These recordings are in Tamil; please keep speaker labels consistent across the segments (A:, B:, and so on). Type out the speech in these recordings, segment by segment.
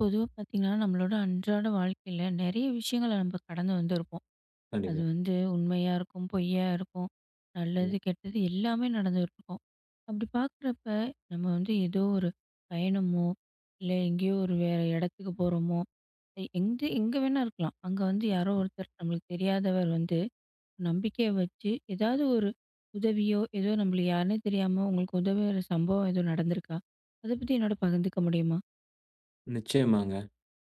A: பொதுவா பார்த்தீங்கன்னா, நம்மளோட அன்றாட வாழ்க்கையில நெறைய விஷயங்கள நம்ம கடந்து வந்திருப்போம். அது
B: கண்டிப்பா.
A: வந்து உண்மையா இருக்கும், பொய்யா இருக்கும், நல்லது,
B: ம்.
A: கெட்டது எல்லாமே நடந்துருக்கும். அப்படி பார்க்குறப்ப, நம்ம வந்து ஏதோ ஒரு பயணமோ, இல்ல எங்கேயோ ஒரு வேற இடத்துக்கு போறோமோ, எங்க எங்க வேணா இருக்கலாம். அங்க வந்து யாரோ ஒருத்தர் நம்மளுக்கு தெரியாதவர் வந்து, நம்பிக்கைய வச்சு ஏதாவது ஒரு உதவியோ, ஏதோ நம்மள யாருன்னே தெரியாம உங்களுக்கு உதவுற சம்பவம் எதுவும் நடந்திருக்கா? அத பத்தி என்னோட பகிர்ந்துக்க முடியுமா?
B: நிச்சயமாங்க.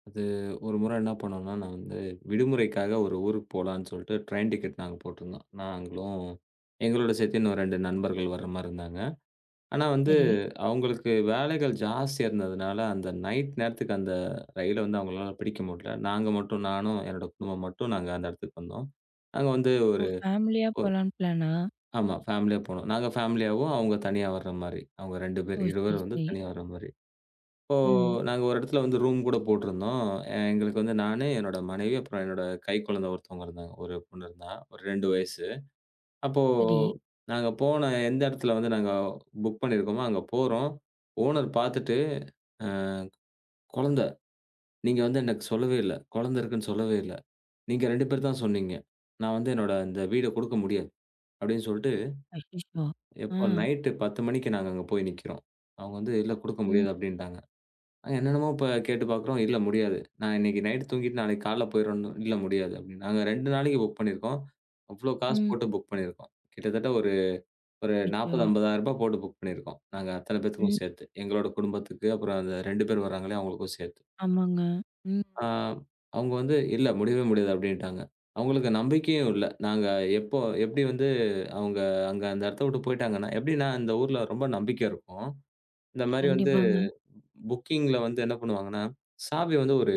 B: அது ஒரு முறை என்ன பண்ணோம்னா, நான் வந்து விடுமுறைக்காக ஒரு ஊருக்கு போலான்னு சொல்ட்டு ட்ரெயின் டிக்கெட் நாங்க போட்டிருந்தோம். நாங்களும் எங்களோட சேர்த்து இன்னும் 2 நண்பர்கள் வர்ற மாரி இருந்தாங்க. ஆனா வந்து
A: சரி.
B: அவங்களுக்கு வேலைகள் ஜாஸ்தியா இருந்ததுனால, அந்த நைட் நேரத்துக்கு அந்த ரயில வந்து அவங்களால பிடிக்க முடியல. நாங்க மட்டும் நானும், என்னோட குடும்பம் மட்டும் நாங்க அந்த இடத்துக்கு வந்தோம். நாங்க வந்து
A: ஓ!
B: ஒரு
A: ஃபேமிலியா போலான்னு பிளானா?
B: ஆமா, ஃபேமிலியா போனோம். நாங்க ஃபேமிலியாவும், அவங்க தனியா வர்ற மாரி. அவங்க 2
A: ஓ!
B: பேர்,
A: சரி,
B: இருவர் வந்து
A: சரி.
B: தனியா வர்ற மாரி. இப்போ
A: ம்.
B: நாங்க ஒரு இடத்துல வந்து ரூம் கூட போட்டிருந்தோம். எங்களுக்கு வந்து நானு, என்னோட மனைவி, அப்புறம் என்னோட கைக்குழந்தை ஒருத்தவங்க இருந்தாங்க. ஒரு பொண்ணு இருந்தா. ஒரு 2 வயசு. அப்போ
A: சரி.
B: நாங்க போன எந்த இடத்துல வந்து நாங்க புக் பண்ணியிருக்கோமோ, அங்க போறோம். ஓனர் பார்த்துட்டு, "அ குழந்தை, நீங்க வந்து எனக்கு சொல்லவே இல்ல. குழந்தை இருக்குன்னு சொல்லவே இல்ல. நீங்க 2 பேர் தான் சொன்னீங்க. நான் வந்து என்னோட இந்த வீட குடுக்க முடியாது." அப்படின்னு சொல்லிட்டு,
A: அச்சச்சோ! ஆ.
B: எப்போ நைட்டு 10 மணிக்கு நாங்க அங்க போய் நிக்கிறோம். அவங்க வந்து, "இல்ல குடுக்க
A: ம்,
B: முடியாது" அப்படின்ட்டாங்க. என்னென்னமோ இப்ப கேட்டு பார்க்குறோம். "இல்ல முடியாது. நான் இன்னைக்கு நைட் தூங்கிட்டு நாளைக்கு காலைல போயிறணும்." "இல்ல முடியாது." அப்படின்னு. நாங்க 2 நாளைக்கு புக் பண்ணியிருக்கோம். அவ்ளோ காசு
A: ம்.
B: போட்டு புக் பண்ணியிருக்கோம். கிட்டத்தட்ட ஒரு ஒரு
A: அச்சச்சோ!
B: 40,000, 50,000 ரூபா போட்டு புக் பண்ணியிருக்கோம். நாங்க அத்தன பேத்துக்கும்
A: ம்.
B: சேர்த்து. எங்களோட குடும்பத்துக்கு, அப்புறம் அந்த 2 பேர் வராங்களே அவங்களுக்கும் சேர்த்து.
A: ஆமாங்க. ம்.
B: ஆ அவங்க வந்து, "இல்ல முடியவே முடியாது." அப்படின்ட்டாங்க. அவங்களுக்கு நம்பிக்கையும் இல்ல. நாங்க எப்போ எப்படி வந்து அவங்க அங்க அந்த இடத்த விட்டு போயிட்டாங்கன்னா எப்படின்னா இந்த ஊர்ல ரொம்ப நம்பிக்கை இருக்கும். இந்த மாரி வந்து
A: கண்டிப்பாங்க.
B: புக்கிங்ல வந்து என்ன பண்ணுவாங்கன்னா, சாவி வந்து ஒரு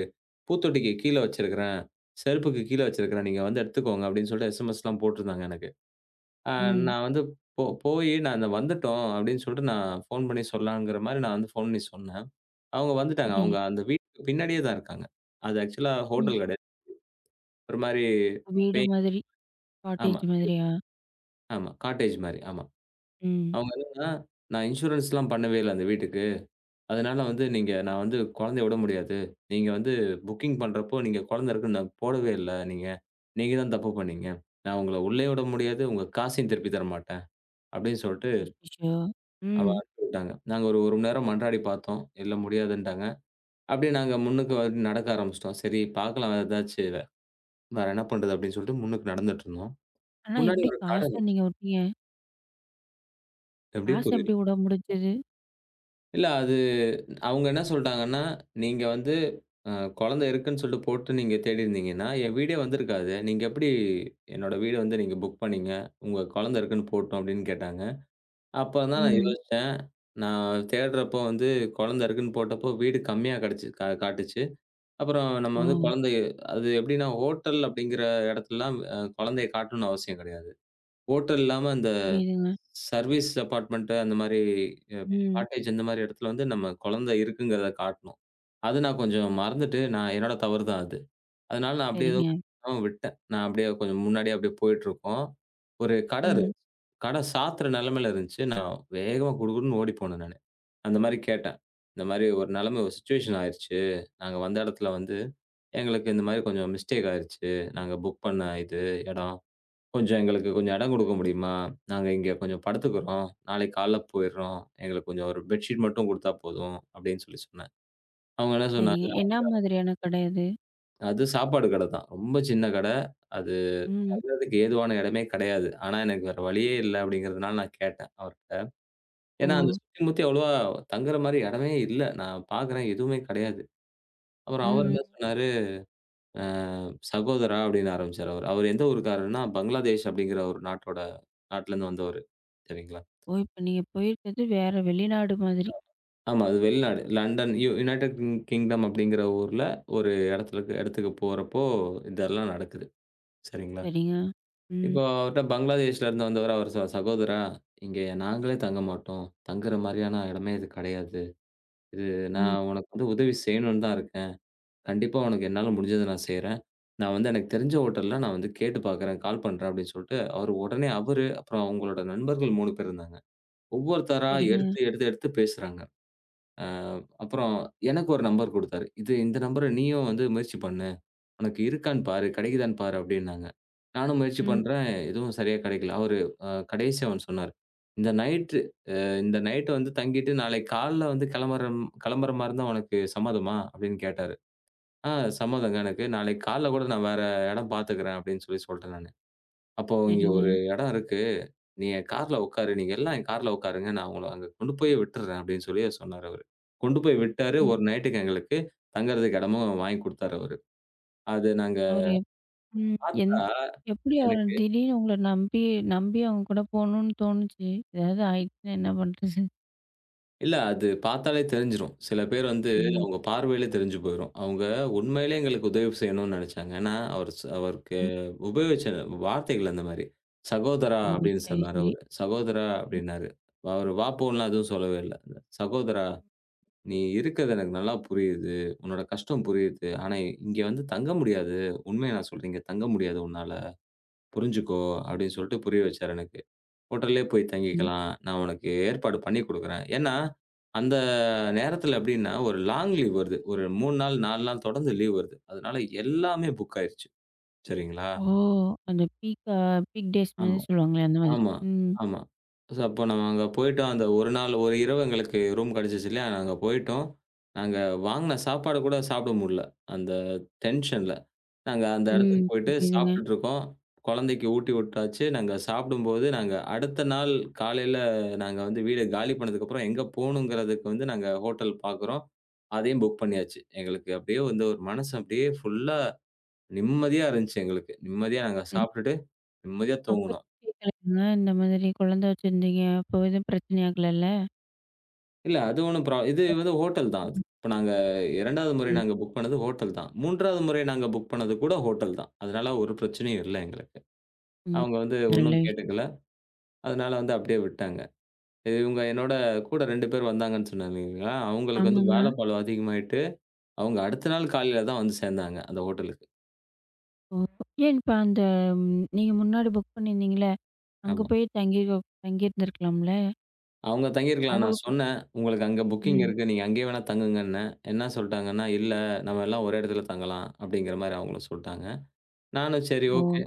B: பூத்தொட்டிக்கு கீழ வச்சிருக்கிறேன். செருப்புக்கு கீழ வச்சிருக்கிறேன். நீங்க வந்து எடுத்துக்கோங்க அப்படின்னு சொல்லிட்டு எஸ்எம்எஸ்லாம் போட்டிருந்தாங்க எனக்கு. அ
A: ம்.
B: நான் வந்து போயி நாங்க வந்துட்டோம் அப்படின்னு சொல்லிட்டு நான் ஃபோன் பண்ணி சொல்லலாங்கிற மாரி நான் வந்து ஃபோன் பண்ணி சொன்னேன். அவங்க வந்துட்டாங்க.
A: சரி.
B: அவங்க அந்த வீட்டுக்கு பின்னாடியே தான் இருக்காங்க. அது ஆக்சுவலா
A: ம்.
B: ஹோட்டல் கிடையாது. ஒரு மாரி
A: வீடு
B: பேய்
A: மாதிரி,
B: ஆமா,
A: காட்டேஜ் மாதிரியா?
B: ஆமா. காட்டேஜ் மாரி. ஆமா.
A: ம்.
B: அவங்க என்னன்னா, நான் இன்சூரன்ஸ்லாம் பண்ணவே இல்ல அந்த வீட்டுக்கு. அதனால வந்து நீங்க நான் வந்து குழந்தைய விட முடியாது. நீங்க வந்து புக்கிங் பண்றப்போ நீங்க குழந்தை இருக்குன்னு நான் போடவே இல்ல நீங்க. நீங்க தான் தப்பு பண்ணீங்க. நான் உங்கள உள்ளேயும் விட முடியாது. உங்க காசையும் திருப்பி தர மாட்டேன். அப்படின்னு சொல்லிட்டு
A: அச்சச்சோ!
B: அவ
A: ம்.
B: அனுப்பிவிட்டாங்க. நாங்க ஒரு 1 மணி நேரம் மன்றாடி பார்த்தோம். இல்ல முடியாதுன்ட்டாங்க. அப்படியே நாங்க முன்னுக்கு வந்து நடக்க ஆரம்பிச்சுட்டோம். சரி பார்க்கலாம் வேற ஏதாச்சு வேற என்ன பண்றது அப்படின்னு சொல்லிட்டு முன்னுக்கு நடந்துட்டு இருந்தோம்.
A: ஆனா
B: முன்னாடி
A: எப்படி
B: ஒரு
A: காச
B: கடை.
A: நீங்க விட்டீங்க?
B: எப்படி
A: காசு
B: புரியல.
A: எப்படி விட முடிஞ்சது?
B: இல்ல அது அவங்க என்ன சொல்ட்டாங்கன்னா, "நீங்க வந்து அ குழந்தை இருக்குன்னு சொல்லிட்டு போட்டு நீங்க தேடியிருந்தீங்கன்னா, என் வீடே வந்திருக்காது. நீங்க எப்படி என்னோட வீடு வந்து நீங்க புக் பண்ணீங்க? உங்க குழந்தை இருக்குன்னு போட்டோம்." அப்படின்னு கேட்டாங்க. அப்ப தான் நான்
A: ம்.
B: யோசிச்சேன். நான் தேடுறப்போ வந்து குழந்தை இருக்குன்னு போட்டப்போ வீடு கம்மியா கிடைச்சு காட்டுச்சு. அப்புறம் நம்ம
A: ஓ!
B: வந்து குழந்தை அது எப்படின்னா ஹோட்டல் அப்படிங்கிற இடத்துலலாம் குழந்தைய காட்டணும்னு அவசியம் கிடையாது. ஹோட்டல் இல்லாம இந்த
A: புரியுதுங்க.
B: சர்வீஸ் அபார்ட்மெண்ட் அந்த மாரி அ
A: ம்.
B: காட்டேஜ் இந்த மாரி இடத்துல வந்து நம்ம குழந்தை இருக்குங்கிறத காட்டணும். அது நான் கொஞ்சம் மறந்துட்டு நான் என்னோட தவறு தான் அது. அதனால நான் அப்படியே
A: சரிங்க.
B: எதுவும் பண்ணாம விட்டேன். நான் அப்படியே கொஞ்சம் முன்னாடியே அப்படியே போயிட்டுருக்கோம். ஒரு கடை
A: ம்.
B: இருந்துச்சு. கடை சாத்துற நிலைமையில இருந்துச்சு. நான் வேகமா குடுகுடுன்னு ஓடி போனேன் நானு. அந்த மாரி கேட்டேன். இந்த மாரி ஒரு நிலைமை ஒரு சிச்சுவேஷன் ஆயிருச்சு. நாங்க வந்த இடத்துல வந்து எங்களுக்கு இந்த மாரி கொஞ்சம் மிஸ்டேக் ஆயிருச்சு. நாங்க புக் பண்ண இது இடம். கொஞ்சம் எங்களுக்கு கொஞ்சம் இடம் குடுக்க முடியுமா? நாங்க இங்க கொஞ்சம் படுத்துக்கிறோம். நாளைக்கு காலைல போயிர்றோம். எங்களுக்கு கொஞ்சம் ஒரு பெட்ஷீட் மட்டும் குடுத்தா போதும் அப்படின்னு சொல்லி சொன்னேன். அவங்க என்ன
A: சரிங்க.
B: சொன்னாங்க,
A: என்ன மாதிரியான கடை அது?
B: அது சாப்பாடு கடை தான். ரொம்ப சின்ன கடை. அது
A: ம்.
B: தங்குறதுக்கு ஏதுவான இடமே கிடையாது. ஆனா எனக்கு வேற வழியே இல்ல அப்படிங்கிறதுனால நான் கேட்டேன் அவர்ட்ட.
A: ஓ!
B: ஏன்னா அந்த சுத்தி முத்தி அவ்வளவா தங்குற மாரி இடமே இல்ல. நான் பார்க்குறேன் எதுவுமே கிடையாது. அப்புறம் அவர்
A: ம்.
B: என்ன
A: ம்.
B: சொன்னாரு, அ சகோதரா அப்படின்னு ஆரம்பிச்சாரு அவரு. அவர் எந்த ஊருக்காரருன்னா பங்களாதேஷ் அப்படிங்கிற ஒரு நாட்டோட நாட்டுலருந்து வந்தவரு. சரிங்களா?
A: ஓ! இப்ப நீங்க போயிருக்கிறது வேற வெளிநாடு மாதிரி.
B: ஆமா. அது வெளிநாடு. லண்டன், யுனைட்டட் கிங்டம் அப்படிங்கிற ஊர்ல ஒரு இடத்துலக்கு இடத்துக்கு போறப்போ இதெல்லாம் நடக்குது. சரிங்களா?
A: சரிங்க. ம்,
B: இப்போ அவர்ட்ட பங்களாதேஷ்ல இருந்து வந்தவரு, அவரு சகோதரா, இங்க நாங்களே தங்க மாட்டோம். தங்குற மாரியான இடமே இது கிடையாது. இது
A: ம்.
B: நான் உனக்கு வந்து உதவி செய்யணும்னு தான் இருக்கேன். கண்டிப்பா உனக்கு என்னால முடிஞ்சத நான் செய்றேன். நான் வந்து எனக்கு தெரிஞ்ச ஹோட்டல்ல நான் வந்து கேட்டு பார்க்குறேன். கால் பண்றேன்" அப்படின்னு சொல்லிட்டு, அவரு உடனே அவரு, அப்புறம் அவங்களோட நண்பர்கள் 3 பேர் இருந்தாங்க. ஒவ்வொருத்தரா
A: சரிங்க.
B: எடுத்து, எடுத்து, எடுத்து பேசுறாங்க. அ அப்புறம் எனக்கு ஒரு நம்பர் குடுத்தாரு. "இது இந்த நம்பர நீயும் வந்து முயற்சி பண்ணு. உனக்கு இருக்கான்னு பாரு, கெடைக்குதான்னு பாரு" அப்டின்னாங்க. நானும் முயற்சி
A: ம்,
B: பண்றேன். எதுவும் சரியா கெடைக்கல. அவரு கடைசியா ஒண்ணு சொன்னாரு. "இந்த நைட்டு இந்த நைட் வந்து தங்கிட்டு நாளைக்கு காலைல வந்து கெளம்புற கெளம்புற மாரி இருந்தா உனக்கு சம்மதமா?" அப்டின்னு கேட்டாரு. "ஆ சம்மதங்க எனக்கு. நாளைக்கு காலைல கூட நான் வேற எடம் பாத்துக்கிறேன்" அப்டின்னு சொல்லி சொல்ட்டேன் நானு. அப்போ இங்க
A: சரிங்க.
B: ஒரு எடம் இருக்கு. நீங்க கார்ல உட்காரு. நீங்க எல்லாம் என் கார்ல உட்காருங்க. நான் உங்கள அங்க கொண்டு போய் விட்டுர்றேன் அப்படின்னு சொல்லி சொன்னாரு அவரு. கொண்டு போய் விட்டாரு.
A: ம்.
B: ஒரு நைட்க்கு எங்களுக்கு தங்கறதுக்கு இடமும் வாங்கி குடுத்தாரு அவரு. அது நாங்க
A: அவரு ம். எந்
B: பார்த்தா
A: எப்படி அவர
B: எனக்கு
A: திடீர்னு உங்கள நம்பி நம்பி அவங்க கூட போணும்னு தோணுச்சு? ஏதாவது ஆயிடுச்சுன்னா என்ன பண்றது?
B: இல்ல அது பார்த்தாலே தெரிஞ்சிரும். சில பேர் வந்து
A: ம்,
B: அவங்க பார்வையிலே தெரிஞ்சு போயிரும். அவங்க உண்மையிலே எங்களுக்கு உதவி செய்யணும்னு நெனச்சாங்க. ஏன்னா, அவர் அவருக்கு
A: ம்.
B: உபயோகிச்ச வார்த்தைகள் அந்த மாரி. "சகோதரா"
A: ஓ!
B: அப்படின்னு
A: சரி,
B: சொன்னாரு
A: சரி.
B: அவரு. "சகோதரா"
A: ம்,
B: அப்படின்னாரு. அவரு "வா போலாம்" எதுவும் சொல்லவே இல்ல. "சகோதரா" நீ இருக்கிறது எனக்கு நல்லா புரியுது. உன்னோட கஷ்டம் புரியுது. ஆனா, இங்க வந்து தங்க முடியாது. உண்மைய நான் சொல்றேன். இங்க தங்க முடியாது உன்னால. புரிஞ்சுக்கோ அப்படின்னு சொல்லிட்டு புரிய வச்சாரு எனக்கு. ஹோட்டல்லயே போய்
A: ம்.
B: தங்கிக்கலாம். நான் உனக்கு ஏற்பாடு பண்ணி குடுக்குறேன். ஏன்னா, அந்த நேரத்துல எப்படின்னா, ஒரு லாங் லீவ் வருது. ஒரு 3 நாள், 4 நாள் தொடர்ந்து லீவ் வருது. அதனால எல்லாமே புக் ஆயிருச்சு. சரிங்களா?
A: ஓ! அந்த பீக் டேஸ் மாரி
B: ஆமா.
A: சொல்லுவாங்களே அந்த மாதிரி.
B: ஆமா,
A: ம்,
B: ஆமா. சோ அப்போ நம்ம அங்க போயிட்டோம். அந்த ஒரு நாள், ஒரு இரவு எங்களுக்கு ரூம் கிடைச்சுச்சு இல்லையா? நாங்க போயிட்டோம். நாங்க வாங்குன சாப்பாடு கூட சாப்பிட முடியல. அந்த டென்ஷன்ல. நாங்க அந்த இடத்துக்கு
A: ம்.
B: போயிட்டு
A: புரியுதுங்க.
B: சாப்பிட்டுட்டு இருக்கோம். குழந்தைக்கு ஊட்டி விட்டாச்சு. நாங்க சாப்பிடும்போது, நாங்க அடுத்த நாள் காலையில நாங்க வந்து வீட காலி பண்ணதுக்கப்புறம் எங்க போணுங்கிறதுக்கு வந்து நாங்க ஹோட்டல் பார்க்குறோம். அதையும் புக் பண்ணியாச்சு. எங்களுக்கு அப்படியே வந்து ஒரு மனசு அப்படியே ஃபுல்லா நிம்மதியா இருந்துச்சு எங்களுக்கு. நிம்மதியா நாங்க
A: ம்.
B: சாப்பிட்டுட்டு நிம்மதியா
A: அப்ப
B: தூங்குனோம்.
A: ஏன் கேக்கலங்க? இந்த மாதிரி குழந்தை வச்சிருந்தீங்க. அப்போ எதுவும் பிரச்சனை ஆகலல்ல?
B: இல்ல அது ஒண்ணும் இது வந்து ஹோட்டல் தான் அது.
A: ம்.
B: இப்ப நாங்க 2வது முறை
A: சரிங்க.
B: நாங்க புக் பண்ணது ஹோட்டல் தான். 3வது முறை நாங்க புக் பண்ணது கூட ஹோட்டல் தான். அதனால ஒரு பிரச்சனையும் இல்ல எங்களுக்கு.
A: ம்.
B: அவங்க வந்து
A: நல்ல
B: ஒண்ணும்
A: விஷயம்.
B: கேட்டுக்கல. அதனால வந்து அப்படியே விட்டாங்க. இவங்க என்னோட கூட 2 பேர் வந்தாங்கன்னு சொன்னேன் இல்லைங்களா? அவங்களுக்கு வந்து
A: ஆமாங்க.
B: வேலைப்பளு அதிகமாயிட்டு, அவங்க அடுத்த நாள் காலையில தான் வந்து சேர்ந்தாங்க அந்த ஹோட்டலுக்கு.
A: ஓ! ஏன் இப்ப அந்த நீங்க முன்னாடி புக் பண்ணியிருந்தீங்கல்ல, அங்க
B: ஆமா.
A: போய் தங்கியிருந்திருக்கலாம்ல?
B: அவங்க தங்கியிருக்கலாம். நான்
A: அவங்களுக்கு
B: சொன்னேன், "உங்களுக்கு அங்க புக்கிங்
A: ம்.
B: இருக்கு. நீங்க அங்கேயே வேணா தங்குங்கன்னேன்." என்ன சொல்ட்டாங்கன்னா, "இல்ல நம்ம எல்லாம் ஒரே இடத்துல தங்கலாம்." அப்படிங்கிற மாரி அவங்களும் சொல்ட்டாங்க. நானும் சரி
A: ஓ!
B: ஓகே.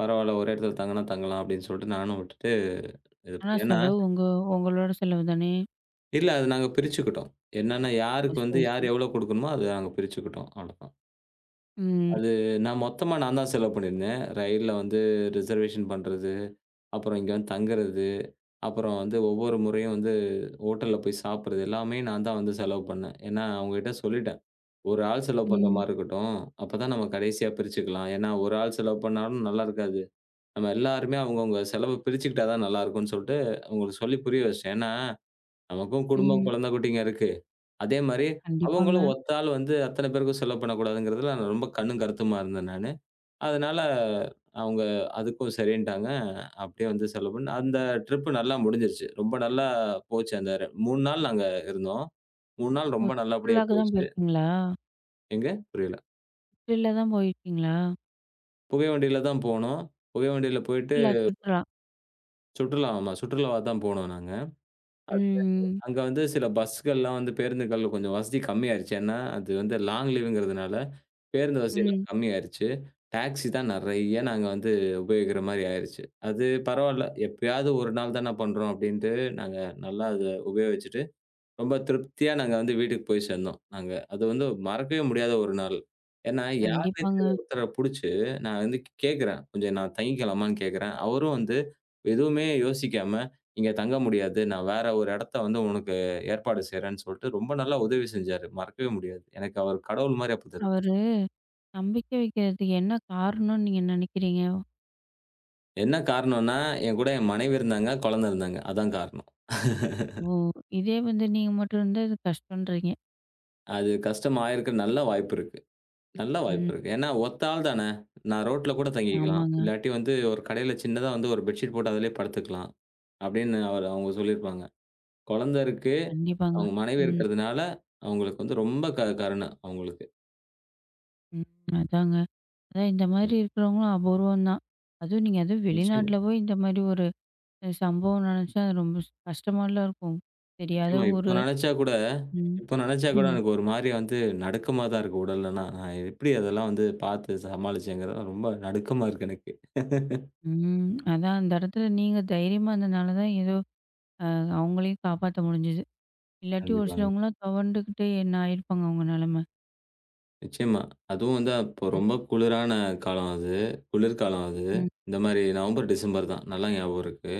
B: பரவால்ல. ஒரே இடத்துல தங்குனா தங்கலாம் அப்படின்னு சொல்லிட்டு நானும் விட்டுட்டு இது ப
A: ஆனா
B: ஏன்னா,
A: செலவு உங்க உங்களோட செலவு தானே?
B: இல்ல அது நாங்க பிரிச்சுக்கிட்டோம். என்னன்னா
A: ஓ!
B: யாருக்கு வந்து
A: சரி, சரி.
B: யார் எவ்வளோ குடுக்கணுமோ அது நாங்க பிரிச்சுக்கிட்டோம். அவ்வளோதான்.
A: ம்.
B: அது நான் மொத்தமா நான் தான் செலவு பண்ணியிருந்தேன். ரயில்ல வந்து ரிசர்வேஷன் பண்றது, அப்புறம் இங்க வந்து தங்குறது, அப்புறம் வந்து ஒவ்வொரு முறையும் வந்து ஹோட்டல்ல போய் சாப்பிடுறது எல்லாமே நான் தான் வந்து செலவு பண்ணேன். ஏன்னா அவங்ககிட்ட சொல்லிட்டேன். ஒரு ஆள் செலவு பண்ற
A: ம்.
B: மாரி இருக்கட்டும். அப்பதான் நம்ம கடைசியா பிரிச்சுக்கலாம். ஏன்னா ஒரு ஆள் செலவு பண்ணாலும் நல்லா இருக்காது. நம்ம எல்லாருமே அவங்கவங்க செலவ பிரிச்சுக்கிட்டா தான் நல்லாருக்கும்ன்னு சொல்ட்டு, அவங்களுக்கு சொல்லி புரிய வச்சுட்டேன். ஏன்னா, நமக்கும் குடும்பம்,
A: ம்.
B: குழந்தை குட்டிங்க இருக்கு. அதே மாரி
A: கண்டிப்பாங்க.
B: அவங்களும் ஒத்த ஆள் வந்து அத்தன பேருக்கும் செலவு பண்ணக்கூடாதுங்கிறதுல நான் ரொம்ப கண்ணும் கருத்துமா இருந்தேன் நானு. அதனால அவங்க அதுக்கும் சரின்ட்டாங்க. அப்படியே வந்து செலவு பண்ணி அந்த ட்ரிப் நல்லா முடிஞ்சிருச்சு. ரொம்ப நல்லா போச்சு. அந்த 3 நாள் நாங்க இருந்தோம். 3 நாள்
A: ஓ!
B: ரொம்ப நல்லபடியா
A: சுற்றுலாக்கு தான்
B: போச்சு.
A: போயிருக்கீங்களா?
B: எங்க? புரியல.
A: சுற்றுலா தான் போயிருக்கீங்களா?
B: புகை வண்டியில தான் போனோம். புகை வண்டியில போயிட்டு
A: சுற்றுலா, சுற்றுலா.
B: சுற்றுலா ஆமா சுற்றுலாவா தான் போனோம் நாங்க.
A: ம்.
B: அங்க வந்து சில பஸ்கள்லாம் வந்து பேருந்துகள் கொஞ்சம் வசதி கம்மியாயிருச்சு. ஏன்னா, அது வந்து லாங் லீவுங்கிறதுனால பேருந்து வசதிலாம்
A: ம்.
B: கம்மியாயிருச்சு. டாக்ஸி தான் நெறைய நாங்க வந்து உபயோகிக்கிற மாரி ஆயிருச்சு. அது பரவால்ல. எப்பயாவது ஒரு நாள் தான பண்றோம் அப்டின்ட்டு நாங்க நல்லா அத உபயோகிச்சுட்டு ரொம்ப திருப்தியா நாங்க வந்து வீட்டுக்கு போய் சேர்ந்தோம் நாங்க. அது வந்து மறக்கவே முடியாத ஒரு நாள். ஏன்னா யாருன்னே
A: கண்டிப்பாங்க.
B: தெரியாத ஒருத்தர புடிச்சு, நான் வந்து கேட்கிறேன். "கொஞ்சம் நான் தங்கிக்கலாமான்னு?" கேட்கிறேன். அவரும் வந்து எதுவுமே யோசிக்காம, "இங்க தங்க முடியாது. நான் வேற ஒரு இடத்த வந்து உனக்கு ஏற்பாடு செய்றேன்னு" சொல்ட்டு ரொம்ப நல்லா உதவி செஞ்சாரு. மறக்கவே முடியாது. எனக்கு அவர் கடவுள் மாரி அப்ப தெரிஞ்சுது.
A: அவரு நம்பிக்கை வைக்கிறதுக்கு என்ன காரணம்னு நீங்க நினைக்கிறீங்க?
B: என்ன காரணம்னா, என் கூட என் மனைவி இருந்தாங்க, குழந்தை இருந்தாங்க. அதான் காரணம்.
A: ஓ! இதே வந்து நீங்க மட்டும் இருந்தா இது கஷ்டம்ன்றீங்க.
B: அது கஷ்டமாயிருக்க நல்ல வாய்ப்பு இருக்கு. நல்ல
A: ம்.
B: வாய்ப்பு இருக்கு. ஏன்னா, ஒத்த ஆள் தானே. நான் ரோட்ல கூட தங்கிக்கலாம்.
A: ஆமாங்க.
B: இல்லாட்டி வந்து ஒரு கடையில சின்னதா வந்து ஒரு பெட்ஷீட் போட்டு அதிலேயே படுத்துக்கலாம். அப்படின்னு அவரு அவங்க சொல்லியிருப்பாங்க. குழந்த இருக்கு.
A: கண்டிப்பாங்க.
B: அவங்க மனைவி
A: ம்,
B: இருக்கிறதுனால, அவங்களுக்கு வந்து ரொம்ப கருண அவங்களுக்கு.
A: ம். அதாங்க. அதான் இந்த மாதிரி
B: நிச்சயமா,
A: இருக்கிறவங்களும் அபூர்வம் தான். அதுவும்
B: நிச்சயமா.
A: வெளிநாட்ல போய் இந்த மாதிரி ஒரு சம்பவம் நடந்துச்சுன்னா, அது ரொம்ப கஷ்டமாலாம் இருக்கும். தெரியாத
B: நிச்சயமா.
A: ஊரு. ம்.
B: இப்போ நினைச்சா கூட
A: ம்.
B: எனக்கு ஒரு மாரி வந்து நடுக்கமா தான் இருக்கு உடல்லலாம். நான் எப்படி அதெல்லாம் வந்து பார்த்து சமாளிச்சேங்கிறது ரொம்ப நடுக்கமா இருக்கு எனக்கு.
A: ம். அதான் அந்த இடத்துல நீங்க தைரியமா இருந்தனால தான் ஏதோ அ அவங்களையும் காப்பாத்த முடிஞ்சது. இல்லாட்டி ஒரு
B: கண்டிப்பாங்க.
A: சிலவங்கலாம் துவண்டுக்கிட்டு என்ன ஆயிருப்பாங்க அவங்க நிலைமை.
B: நிச்சயமா. அதுவும் வந்து அப்போ
A: ம்.
B: ரொம்ப குளிரான காலம் அது. குளிர்காலம் அது.
A: ம்.
B: இந்த மாரி நவம்பர், டிசம்பர் தான். நல்லா ஞாபகம் இருக்கு.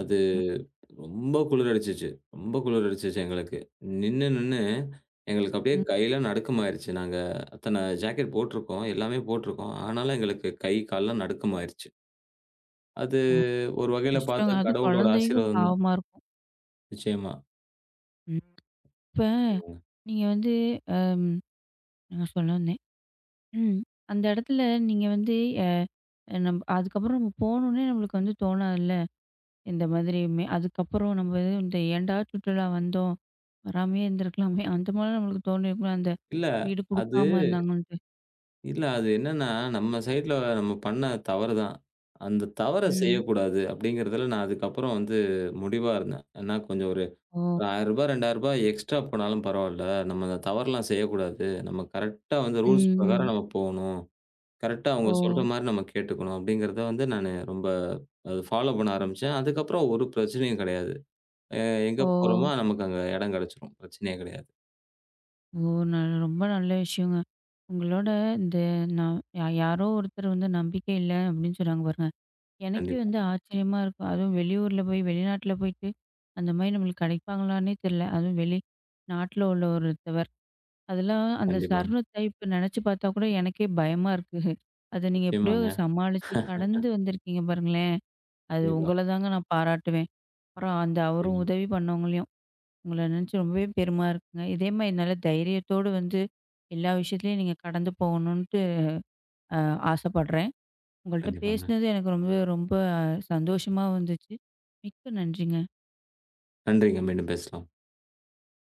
B: அது
A: ம்.
B: ரொம்ப குளிர் அடிச்சுச்சு. ரொம்ப குளிர் அடிச்சுச்சு எங்களுக்கு. நின்னு, நின்னு எங்களுக்கு அப்படியே
A: ம்.
B: கையெல்லாம் நடுக்கமாயிருச்சு. நாங்க அத்தன ஜாக்கெட் போட்டிருக்கோம். எல்லாமே போட்டிருக்கோம். ஆனாலும் எங்களுக்கு கை, கால்லாம் நடுக்கமாயிருச்சு. அது
A: ஓ!
B: ஒரு வகையில
A: கஷ்டங்க.
B: பார்த்தா
A: அதுவும்
B: கடவுளோட
A: குழந்தைக்கும்
B: ஆசீர்வாதம் தான்.
A: பாவமா இருக்கும்.
B: நிச்சயமா.
A: ம். இப்ப
B: ஆமாங்க.
A: நீங்க வந்து அம் என்ன சொல்ல வந்தேன்? ம். அந்த இடத்துல நீங்க வந்து அ அதுக்கப்புறம் நம்ம போணுன்னே நம்மளுக்கு வந்து தோணாதுல்ல. இந்த மாதிரியுமே. அதுக்கப்புறம் நம்ம இது இந்த ஏன்டா சுற்றுலா வந்தோம். வராமயே இருந்திருக்கலாமே! அந்த மாரி நம்மளுக்கு தோணியிருக்கும்ல. அந்த
B: இல்ல
A: வீடு
B: அது
A: குடுக்காம இருந்தாங்கன்ட்டு.
B: இல்ல. அது என்னன்னா, நம்ம சைட்ல நம்ம பண்ண தவறு தான். அந்த தவற
A: ம்.
B: செய்யக்கூடாது அப்படிங்கிறதுல நான் அதுக்கப்புறம் வந்து முடிவா இருந்தேன். ஏன்னா கொஞ்சம் ஒரு
A: ஓ!
B: ரூ. 1000 ரூ. 2000 எக்ஸ்ட்ரா போனாலும் பரவால்ல. நம்ம அந்த தவறலாம் செய்யக்கூடாது. நம்ம கரெக்ட்டா வந்து
A: ம்,
B: ரூல்ஸ்
A: ம்.
B: பிரகாரம் நம்ம போணும். கரெக்ட்டா
A: ஓ!
B: அவங்க சொல்ற மாரி நம்ம கேட்டுக்கணும். அப்படிங்கிறத வந்து நானு ரொம்ப அது ஃபாலோ பண்ண ஆரம்பிச்சேன். அதுக்கப்புறம் ஒரு பிரச்சனையும் கிடையாது. அ எங்க
A: ஓ!
B: போறோமோ நமக்கு அங்க இடம் கிடைச்சிரும். பிரச்சனையே கிடையாது.
A: ஓ! ந ரொம்ப நல்ல விஷயங்க. உங்களோட இந்த நான் யாரோ ஒருத்தர் வந்து நம்பிக்கை இல்ல அப்படின்னு சொன்னாங்க பாருங்க. எனக்கே
B: கண்டிப்பா,
A: வந்து ஆச்சரியமா இருக்கும். அதுவும் வெளியூர்ல போய் வெளிநாட்ல போயிட்டு, அந்த மாரி நம்மளுக்கு கிடைப்பாங்களான்னே தெரில. அதுவும் வெளி நாட்ல உள்ள ஒருத்தவர். அதெல்லாம் அந்த
B: கண்டிப்பாங்க.
A: சர்ணத்தை இப்ப நெனச்சு பார்த்தா கூட எனக்கே பயமா இருக்கு. அத நீங்க எப்படியோ
B: நிச்சயமாங்க.
A: சமாளிச்சு கடந்து வந்திருக்கீங்க பாருங்களேன். அது
B: கண்டிப்பா,
A: உங்கள தாங்க நான் பாராட்டுவேன். அப்புறம் அந்த அவரும்
B: நிச்சயமா.
A: உதவி பண்ணவங்களையும். உங்கள நெனச்சு ரொம்பவே பெருமையா இருக்குங்க. இதே மாரி நல்ல தைரியத்தோடு வந்து எல்லா விஷயத்துலயும் நீங்க கடந்து போகணுன்ட்டு அ ஆசைப்படுறேன். உங்கள்ட்ட
B: கண்டிப்பாங்க.
A: பேசினது எனக்கு ரொம்ப ரொம்ப சந்தோஷமா வந்துச்சு. மிக்க நன்றிங்க.
B: நன்றிங்க. மீண்டும் பேசலாம்.